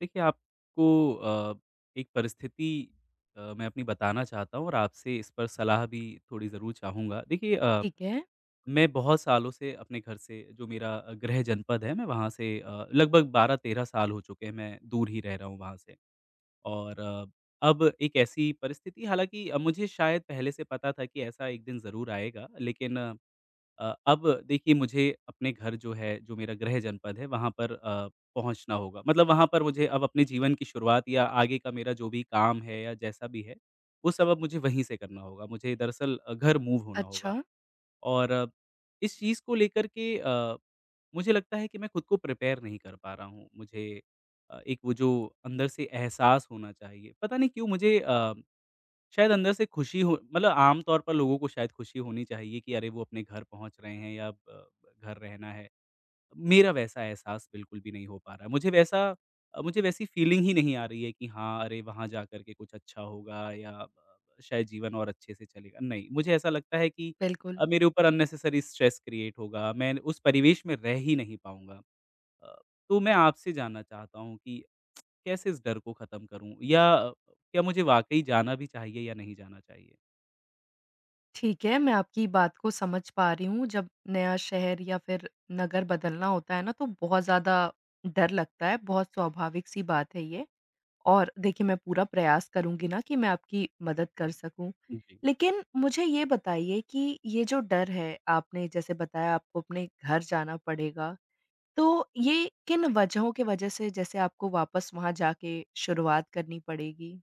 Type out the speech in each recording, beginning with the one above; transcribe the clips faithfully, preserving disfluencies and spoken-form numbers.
देखिए, आपको अ, एक परिस्थिति अ, मैं अपनी बताना चाहता हूँ और आपसे इस पर सलाह भी थोड़ी ज़रूर चाहूँगा। देखिए अ, ठीक है। मैं बहुत सालों से अपने घर से जो मेरा अ, गृह जनपद है, मैं वहाँ से अ, लगभग बारह तेरह साल हो चुके हैं, मैं दूर ही रह रहा हूँ वहाँ से। और अ, अब एक ऐसी परिस्थिति हालाँकि अ, मुझे शायद पहले से पता था कि ऐसा एक दिन ज़रूर आएगा, लेकिन अ, अब देखिए मुझे अपने घर जो है, जो मेरा गृह जनपद है वहाँ पर अ, पहुँचना होगा। मतलब वहाँ पर मुझे अब अपने जीवन की शुरुआत या आगे का मेरा जो भी काम है या जैसा भी है, वो सब अब मुझे वहीं से करना होगा। मुझे दरअसल अ, घर मूव होना होगा अच्छा, और अ, इस चीज़ को लेकर के अ, मुझे लगता है कि मैं खुद को प्रिपेयर नहीं कर पा रहा हूँ। मुझे अ, एक वो जो अंदर से एहसास होना चाहिए, पता नहीं क्यों मुझे अ शायद अंदर से खुशी हो मतलब आम तौर पर लोगों को शायद खुशी होनी चाहिए कि अरे वो अपने घर पहुँच रहे हैं या ब घर रहना है। मेरा वैसा एहसास बिल्कुल भी नहीं हो पा रहा है। मुझे वैसा अ, मुझे वैसी फ़ीलिंग ही नहीं आ रही है कि हाँ, अरे वहाँ जाकर के कुछ अच्छा होगा या ब ब शायद जीवन और अच्छे से चलेगा। नहीं, मुझे ऐसा लगता है कि बिल्कुल। अ, मेरे ऊपर अननेसेसरी स्ट्रेस क्रिएट होगा। मैं उस परिवेश में रह ही नहीं पाऊँगा। अ, तो मैं आपसे जानना चाहता हूँ कि कैसे इस डर को ख़त्म करूँ? या अ, क्या मुझे वाक़ई जाना भी चाहिए या नहीं जाना चाहिए? ठीक है, मैं आपकी बात को समझ पा रही हूँ, जब नया शहर या फिर नगर बदलना होता है ना, तो बहुत ज़्यादा डर लगता है, बहुत स्वाभाविक-सी बात है ये। और देखिए, मैं पूरा प्रयास करूँगी ना कि मैं आपकी मदद कर सकूँ। जी। लेकिन मुझे ये बताइए कि ये जो डर है, आपने जैसे बताया आपको अपने घर जाना पड़ेगा, तो ये किन वजहों की वजह से जैसे आपको वापस वहाँ जाके शुरुआत करनी पड़ेगी?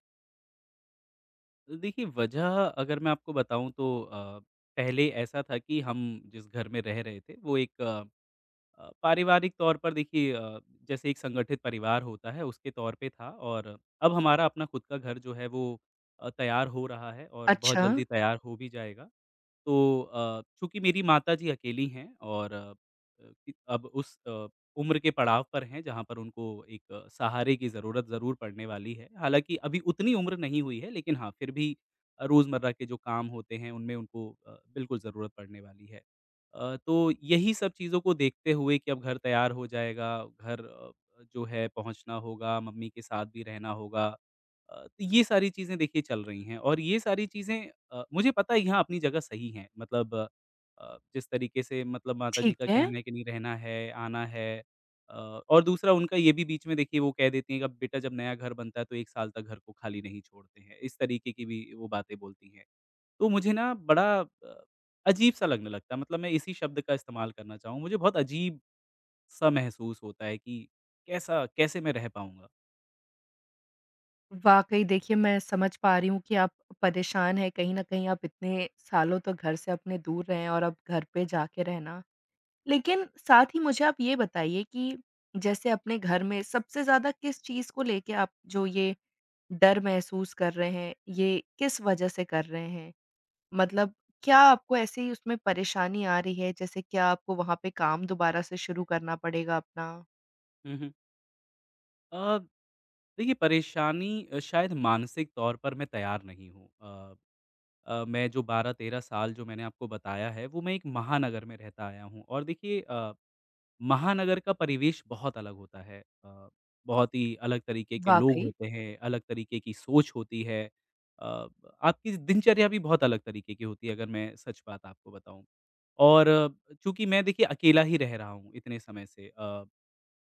तो देखिए वजह अगर मैं आपको बताऊँ तो अ, पहले ऐसा था कि हम जिस घर में रह रहे थे वो एक अ, अ, पारिवारिक तौर पर देखिए अ, जैसे एक संगठित परिवार होता है उसके तौर पे था और अब हमारा अपना खुद का घर जो है वो अ, तैयार हो रहा है और बहुत अच्छा, जल्दी तैयार हो भी जाएगा। तो अ, चूँकि मेरी माताजी अकेली हैं और अ, अ, कि अब उस अ, उम्र के पड़ाव पर हैं जहाँ पर उनको एक अ, सहारे की ज़रूरत ज़रूर पड़ने वाली है। हालाँकि अभी उतनी उम्र नहीं हुई है लेकिन हाँ, फिर भी अ, रोज़मर्रा के जो काम होते हैं उनमें उनको अ, बिल्कुल ज़रूरत पड़ने वाली है। अ, तो यही सब चीज़ों को देखते हुए कि अब घर तैयार हो जाएगा, घर अ, जो है पहुँचना होगा, मम्मी के साथ भी रहना होगा अ, तो ये सारी चीज़ें देखिए चल रही हैं और ये सारी चीज़ें अ, मुझे पता है यहाँ अपनी जगह सही हैं मतलब अ, जिस तरीके से मतलब माता जी ठीक का है। कहना है कि नहीं रहना है, आना है अ, और दूसरा उनका ये भी बीच में देखिए वो कह देती हैं कि अब बेटा जब नया घर बनता है तो एक साल तक घर को खाली नहीं छोड़ते हैं, इस तरीके की भी वो बातें बोलती हैं। तो मुझे ना बड़ा अ, अजीब-सा लगने लगता है मतलब मैं इसी शब्द का इस्तेमाल करना चाहूँ, मुझे बहुत अजीब-सा महसूस होता है कि कैसा कैसे मैं रह पाऊँगा? वाक़ई देखिए, मैं समझ पा रही हूँ कि आप परेशान हैं, कहीं न कहीं आप इतने सालों तक घर से अपने दूर रहे हैं और अब घर पे जाके रहना। लेकिन साथ ही मुझे आप ये बताइए कि जैसे अपने घर में सबसे ज़्यादा किस चीज़ को लेके आप जो ये डर महसूस कर रहे हैं, ये किस वजह से कर रहे हैं? मतलब क्या आपको ऐसे ही उसमें परेशानी आ रही है? जैसे क्या आपको वहाँ पे काम दोबारा से शुरू करना पड़ेगा अपना? हुँ, हुँ। अ, देखिए परेशानी अ, शायद मानसिक तौर पर मैं तैयार नहीं हूँ। अ अ, मैं जो बारह तेरह साल जो मैंने आपको बताया है वो मैं एक महानगर में रहता आया हूँ और देखिए अ, महानगर का परिवेश बहुत अलग होता है। अ, बहुत ही अलग तरीके के लोग वाक़ई, होते हैं, अलग तरीके की सोच होती है। अ, आपकी दिनचर्या भी बहुत अलग तरीके की होती है अगर मैं सच बात आपको बताऊँ। और चूँकि मैं देखिए अकेला ही रह रहा हूँ इतने समय से अ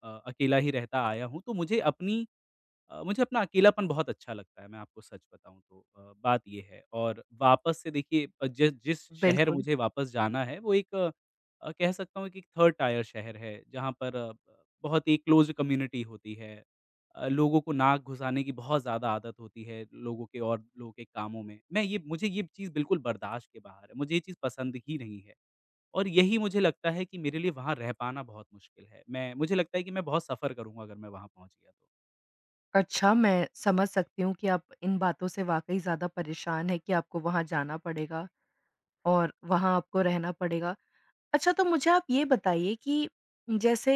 अ, अकेला ही रहता आया हूँ तो मुझे अपनी अ, मुझे अपना अकेलापन बहुत अच्छा लगता है, मैं आपको सच बताऊँ तो अ, बात ये है और वापस से देखिए अ, जिस जिस शहर बिल्कुल। मुझे वापस जाना है वो एक अ, अ, कह सकता हूँ कि एक थर्ड टायर शहर है, जहाँ पर अ, ब- बहुत ही क्लोज़ कम्युनिटी होती है। अ, लोगों को नाक घुसाने की बहुत ज़्यादा आदत होती है लोगों के और लोगों के कामों में। मैं ये मुझे ये चीज़ बिल्कुल बर्दाश्त के बाहर है, मुझे ये चीज़ पसंद ही नहीं है और यही मुझे लगता है कि मेरे लिए वहाँ रह पाना बहुत मुश्किल है। मैं मुझे लगता है कि मैं बहुत सफ़र करूँगा अगर मैं वहाँ पहुँच गया तो। अच्छा, मैं समझ सकती हूँ कि आप इन बातों से वाक़ई ज़्यादा परेशान हैं कि आपको वहाँ जाना पड़ेगा और वहाँ आपको रहना पड़ेगा। अच्छा, तो मुझे आप ये बताइए कि जैसे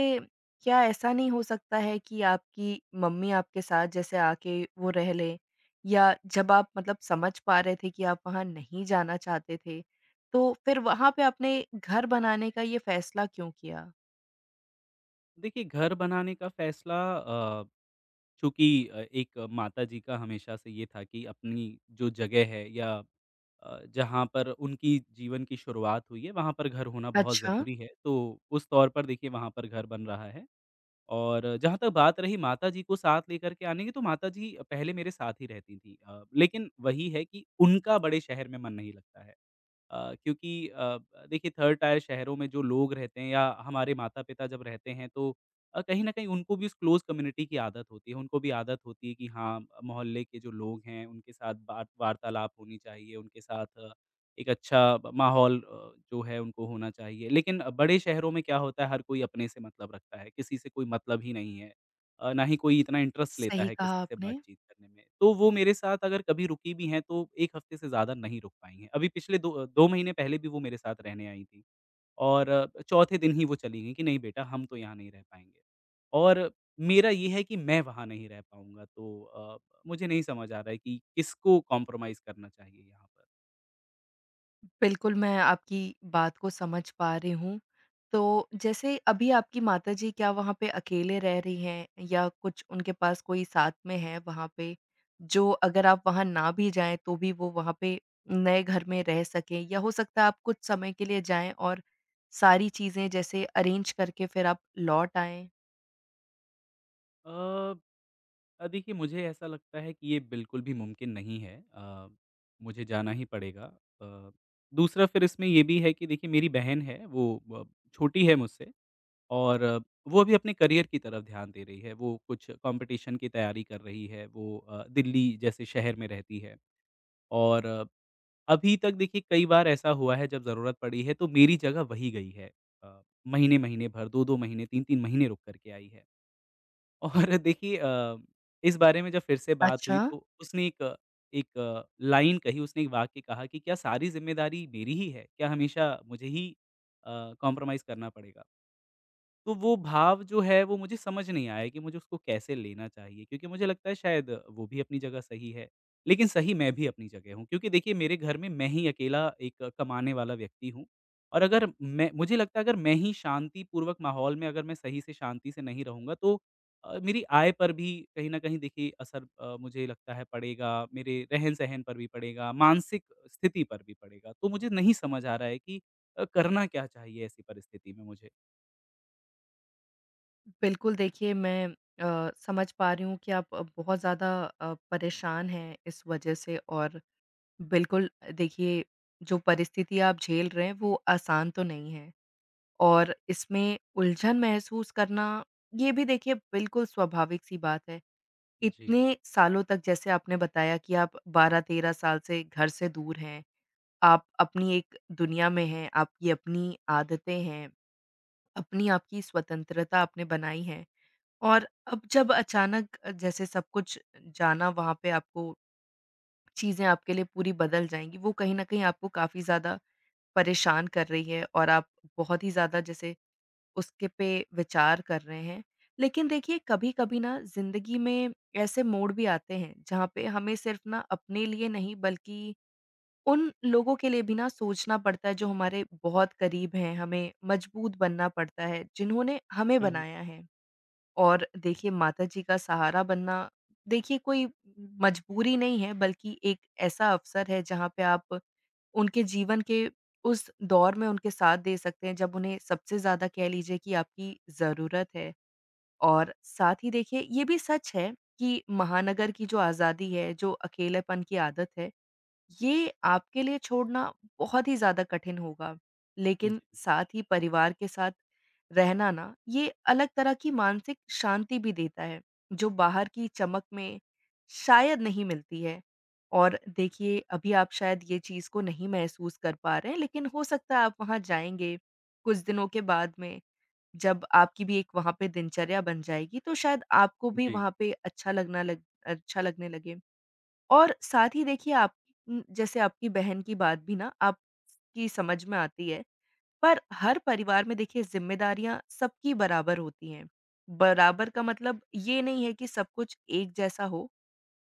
क्या ऐसा नहीं हो सकता है कि आपकी मम्मी आपके साथ जैसे आके वो रह लें? या जब आप मतलब समझ पा रहे थे कि आप वहाँ नहीं जाना चाहते थे, तो फिर वहाँ पे आपने घर बनाने का ये फ़ैसला क्यों किया? देखिए, घर बनाने का फ़ैसला अ, चूँकि अ, एक माताजी का हमेशा से ये था कि अपनी जो जगह है या अ, जहाँ पर उनकी जीवन की शुरुआत हुई है, वहाँ पर घर होना बहुत अच्छा, ज़रूरी है। तो उस तौर पर देखिए वहाँ पर घर बन रहा है और जहाँ तक बात रही माताजी को साथ लेकर के आने की, तो माताजी पहले मेरे साथ ही रहती थीं। अ, लेकिन वही है कि उनका बड़े शहर में मन नहीं लगता है। अ, क्योंकि अ, ब देखिए थर्ड टायर शहरों में जो लोग रहते हैं या हमारे माता-पिता जब रहते हैं तो अ, कहीं न कहीं उनको भी उस क्लोज़ कम्युनिटी की आदत होती है, उनको भी आदत होती है कि हाँ, मोहल्ले के जो लोग हैं उनके साथ बात वार्तालाप होनी चाहिए, उनके साथ अ, एक अच्छा ब माहौल अ, जो है उनको होना चाहिए। लेकिन बड़े शहरों में क्या होता है हर कोई अपने से मतलब रखता है, किसी से कोई मतलब ही नहीं है। अ, ना ही कोई इतना इंटरेस्ट लेता सही है कहा किसी से आपने। बातचीत करने में। तो वो मेरे साथ अगर कभी रुकी भी हैं तो एक हफ्ते से ज़्यादा नहीं रुक पाई हैं। अभी पिछले दो अ, दो महीने पहले भी वो मेरे साथ रहने आई थीं और अ, चौथे दिन ही वो चली गईं कि नहीं बेटा हम तो यहाँ नहीं रह पाएँगे। और मेरा ये है कि मैं वहाँ नहीं रह पाऊँगा तो अ, मुझे नहीं समझ आ रहा है कि किसको कॉम्प्रोमाइज़ करना चाहिए यहाँ बिल्कुल, मैं आपकी बात को समझ पा रही हूँ। तो जैसे अभी आपकी माताजी क्या वहाँ पे अकेले रह रही हैं या कुछ उनके पास कोई साथ में है वहाँ पे, जो अगर आप वहाँ ना भी जाएँ तो भी वो वहाँ पे नए घर में रह सकें? या हो सकता है आप कुछ समय के लिए जाएँ और सारी चीज़ें जैसे अरेंज करके फिर आप लौट आएँ? पर। अ, देखिए मुझे ऐसा लगता है कि ये बिल्कुल भी मुमकिन नहीं है अ, मुझे जाना ही पड़ेगा। अ, दूसरा फिर इसमें ये भी है कि देखिए मेरी बहन है वो अ, छोटी है मुझसे और अ, वो अभी अपने करियर की तरफ ध्यान दे रही है वो कुछ कंपटीशन की तैयारी कर रही है वो अ, दिल्ली जैसे शहर में रहती है और अ, अभी तक देखिए कई बार ऐसा हुआ है जब ज़रूरत पड़ी है तो मेरी जगह वही गई है अ, महीने महीने भर दो दो महीने तीन तीन महीने रुक करके आई है और देखिए अ, इस बारे में जब फिर से बात हुई अच्छा। तो उसने एक एक लाइन कही, उसने एक वाक्य कहा कि क्या सारी ज़िम्मेदारी मेरी ही है? क्या हमेशा मुझे ही अ, कॉम्प्रोमाइज़ करना पड़ेगा? तो वो भाव जो है वो मुझे समझ नहीं आया कि मुझे उसको कैसे लेना चाहिए क्योंकि मुझे लगता है शायद वो भी अपनी जगह सही है, लेकिन सही मैं भी अपनी जगह हूँ क्योंकि देखिए मेरे घर में मैं ही अकेला एक कमाने वाला व्यक्ति हूँ और अगर मैं मुझे लगता है अगर मैं ही शांतिपूर्वक माहौल में अगर मैं सही से शांति से नहीं रहूँगा तो अ, मेरी आय पर भी कहीं न कहीं देखिए असर अ, मुझे लगता है पड़ेगा, मेरे रहन-सहन पर भी पड़ेगा, मानसिक स्थिति पर भी पड़ेगा। तो मुझे नहीं समझ आ रहा है कि अ, करना क्या चाहिए ऐसी परिस्थिति में मुझे? बिल्कुल, देखिए मैं अ, समझ पा रही हूँ कि आप अ, बहुत ज़्यादा अ, परेशान हैं इस वज़ह से। और बिल्कुल, अ, देखिए, जो परिस्थिति आप झेल रहे हैं वो आसान तो नहीं है, और इसमें उलझन महसूस करना, ये भी देखिए बिल्कुल स्वाभाविक-सी बात है। जी। इतने सालों तक जैसे आपने बताया कि आप बारह तेरह साल से घर से दूर हैं, आप अपनी एक दुनिया में हैं, आपकी अपनी आदतें हैं, अपनी आपकी स्वतंत्रता आपने बनाई है। और अब जब अचानक अ, जैसे सब कुछ जाना वहाँ पे आपको, चीज़ें आपके लिए पूरी बदल जाएँगी, वो कहीं न कहीं आपको काफ़ी ज़्यादा परेशान कर रही है, और आप बहुत ही ज़्यादा जैसे उसके पे विचार कर रहे हैं। लेकिन देखिए कभी-कभी ना ज़िंदगी में ऐसे मोड़ भी आते हैं जहाँ पे हमें सिर्फ़ ना अपने लिए नहीं, बल्कि उन लोगों के लिए भी ना सोचना पड़ता है, जो हमारे बहुत करीब हैं, हमें मजबूत बनना पड़ता है, जिन्होंने हमें हुँ, हुँ। बनाया है। और देखिए, माताजी का सहारा बनना, देखिए कोई मजबूरी नहीं है, बल्कि एक ऐसा अवसर है जहाँ पे आप उनके जीवन के उस दौर में उनके साथ दे सकते हैं, जब उन्हें सबसे ज़्यादा कह लीजिए कि आपकी ज़रूरत है। और साथ ही देखिए, ये भी सच है कि महानगर की जो आज़ादी है, जो अकेलेपन की आदत है, ये आपके लिए छोड़ना बहुत ही ज़्यादा कठिन होगा, जी, लेकिन साथ ही परिवार के साथ रहना ना, ये अलग तरह की मानसिक शांति भी देता है, जो बाहर की चमक में शायद नहीं मिलती है। और देखिए, अभी आप शायद ये चीज़ को नहीं महसूस कर पा रहे हैं, लेकिन हो सकता है आप वहाँ जाएँगे, कुछ दिनों के बाद में, जब आपकी भी एक वहाँ पे दिनचर्या बन जाएगी, तो शायद आपको भी जी। वहाँ पे अच्छा लगना लग अच्छा लगने लगे। और साथ ही देखिए, आप उम, जैसे आपकी बहन की बात भी ना आपकी समझ में आती है, पर हर परिवार में देखिए ज़िम्मेदारियाँ सबकी बराबर होती हैं। बराबर का मतलब ये नहीं है कि सब कुछ एक जैसा हो,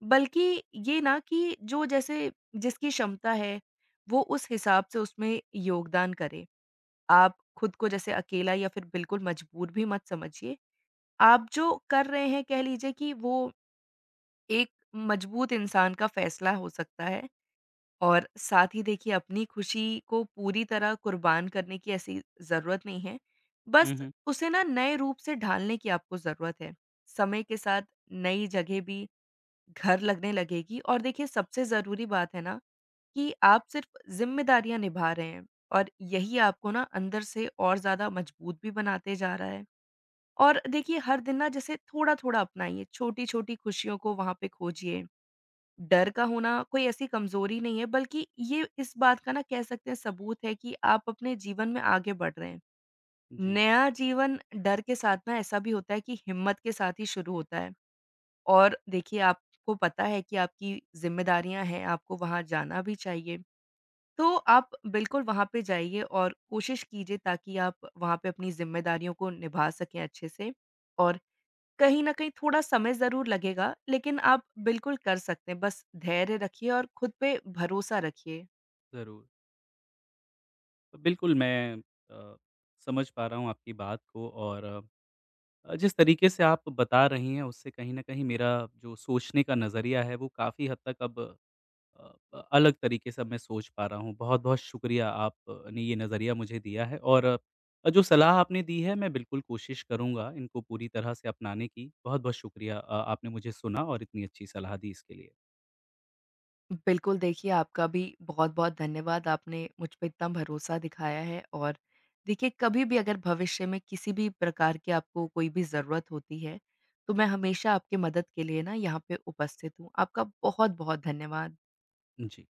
बल्कि ये ना कि जो जैसे जिसकी क्षमता है, वो उस हिसाब से उसमें योगदान करे। आप खुद को जैसे अकेला या फिर बिल्कुल मजबूर भी मत समझिए। आप जो कर रहे हैं, कह लीजिए कि वो एक मजबूत इंसान का फैसला हो सकता है, और साथ ही देखिए अपनी खुशी को पूरी तरह कुर्बान करने की ऐसी ज़रूरत नहीं है। बस हुँ, हुँ। उसे ना नए रूप से ढालने की आपको ज़रूरत है। समय के साथ नई जगह भी घर लगने लगेगी, और देखिए सबसे ज़रूरी बात है ना कि आप सिर्फ़ ज़िम्मेदारियाँ निभा रहे हैं, और यही आपको ना अंदर से और ज़्यादा मजबूत भी बनाते जा रहा है। और देखिए, हर दिन ना जैसे थोड़ा-थोड़ा अपनाइए, छोटी-छोटी खुशियों को वहाँ पे खोजिए। डर का होना कोई ऐसी कमज़ोरी नहीं है, बल्कि ये इस बात का ना कह सकते हैं सबूत है कि आप अपने जीवन में आगे बढ़ रहे हैं। जी, नया जीवन डर के साथ ना ऐसा भी होता है कि हिम्मत के साथ ही शुरू होता है, और देखिए आपको पता है कि आपकी ज़िम्मेदारियाँ हैं, आपको वहाँ जाना भी चाहिए। तो आप बिल्कुल वहाँ पे जाइए और कोशिश कीजिए ताकि आप वहाँ पे अपनी ज़िम्मेदारियों को निभा सकें अच्छे से, और कहीं न कहीं थोड़ा समय ज़रूर लगेगा, लेकिन आप बिल्कुल कर सकते हैं। बस धैर्य रखिए और खुद पे भरोसा रखिए। ज़रूर। तो बिल्कुल, मैं अ, समझ पा रहा हूँ आपकी बात को और अ, जिस तरीके से आप बता रही हैं, उससे कहीं न कहीं मेरा जो सोचने का नज़रिया है, वो काफ़ी हद तक अब अ, अ, अलग तरीके से अब मैं सोच पा रहा हूँ। बहुत-बहुत शुक्रिया आपने ये नज़रिया मुझे दिया है और अ, जो सलाह आपने दी है, मैं बिल्कुल कोशिश करूँगा इनको पूरी तरह से अपनाने की। बहुत-बहुत शुक्रिया अ, आपने मुझे सुना और इतनी अच्छी सलाह दी इसके लिए। बिल्कुल, देखिए आपका भी बहुत-बहुत धन्यवाद। आपने मुझ पे इतना भरोसा दिखाया है, और देखिए कभी भी अगर भविष्य में किसी भी प्रकार की आपको कोई भी ज़रूरत होती है, तो मैं हमेशा आपकी मदद के लिए ना यहाँ पे उपस्थित हूँ। आपका बहुत-बहुत धन्यवाद। जी।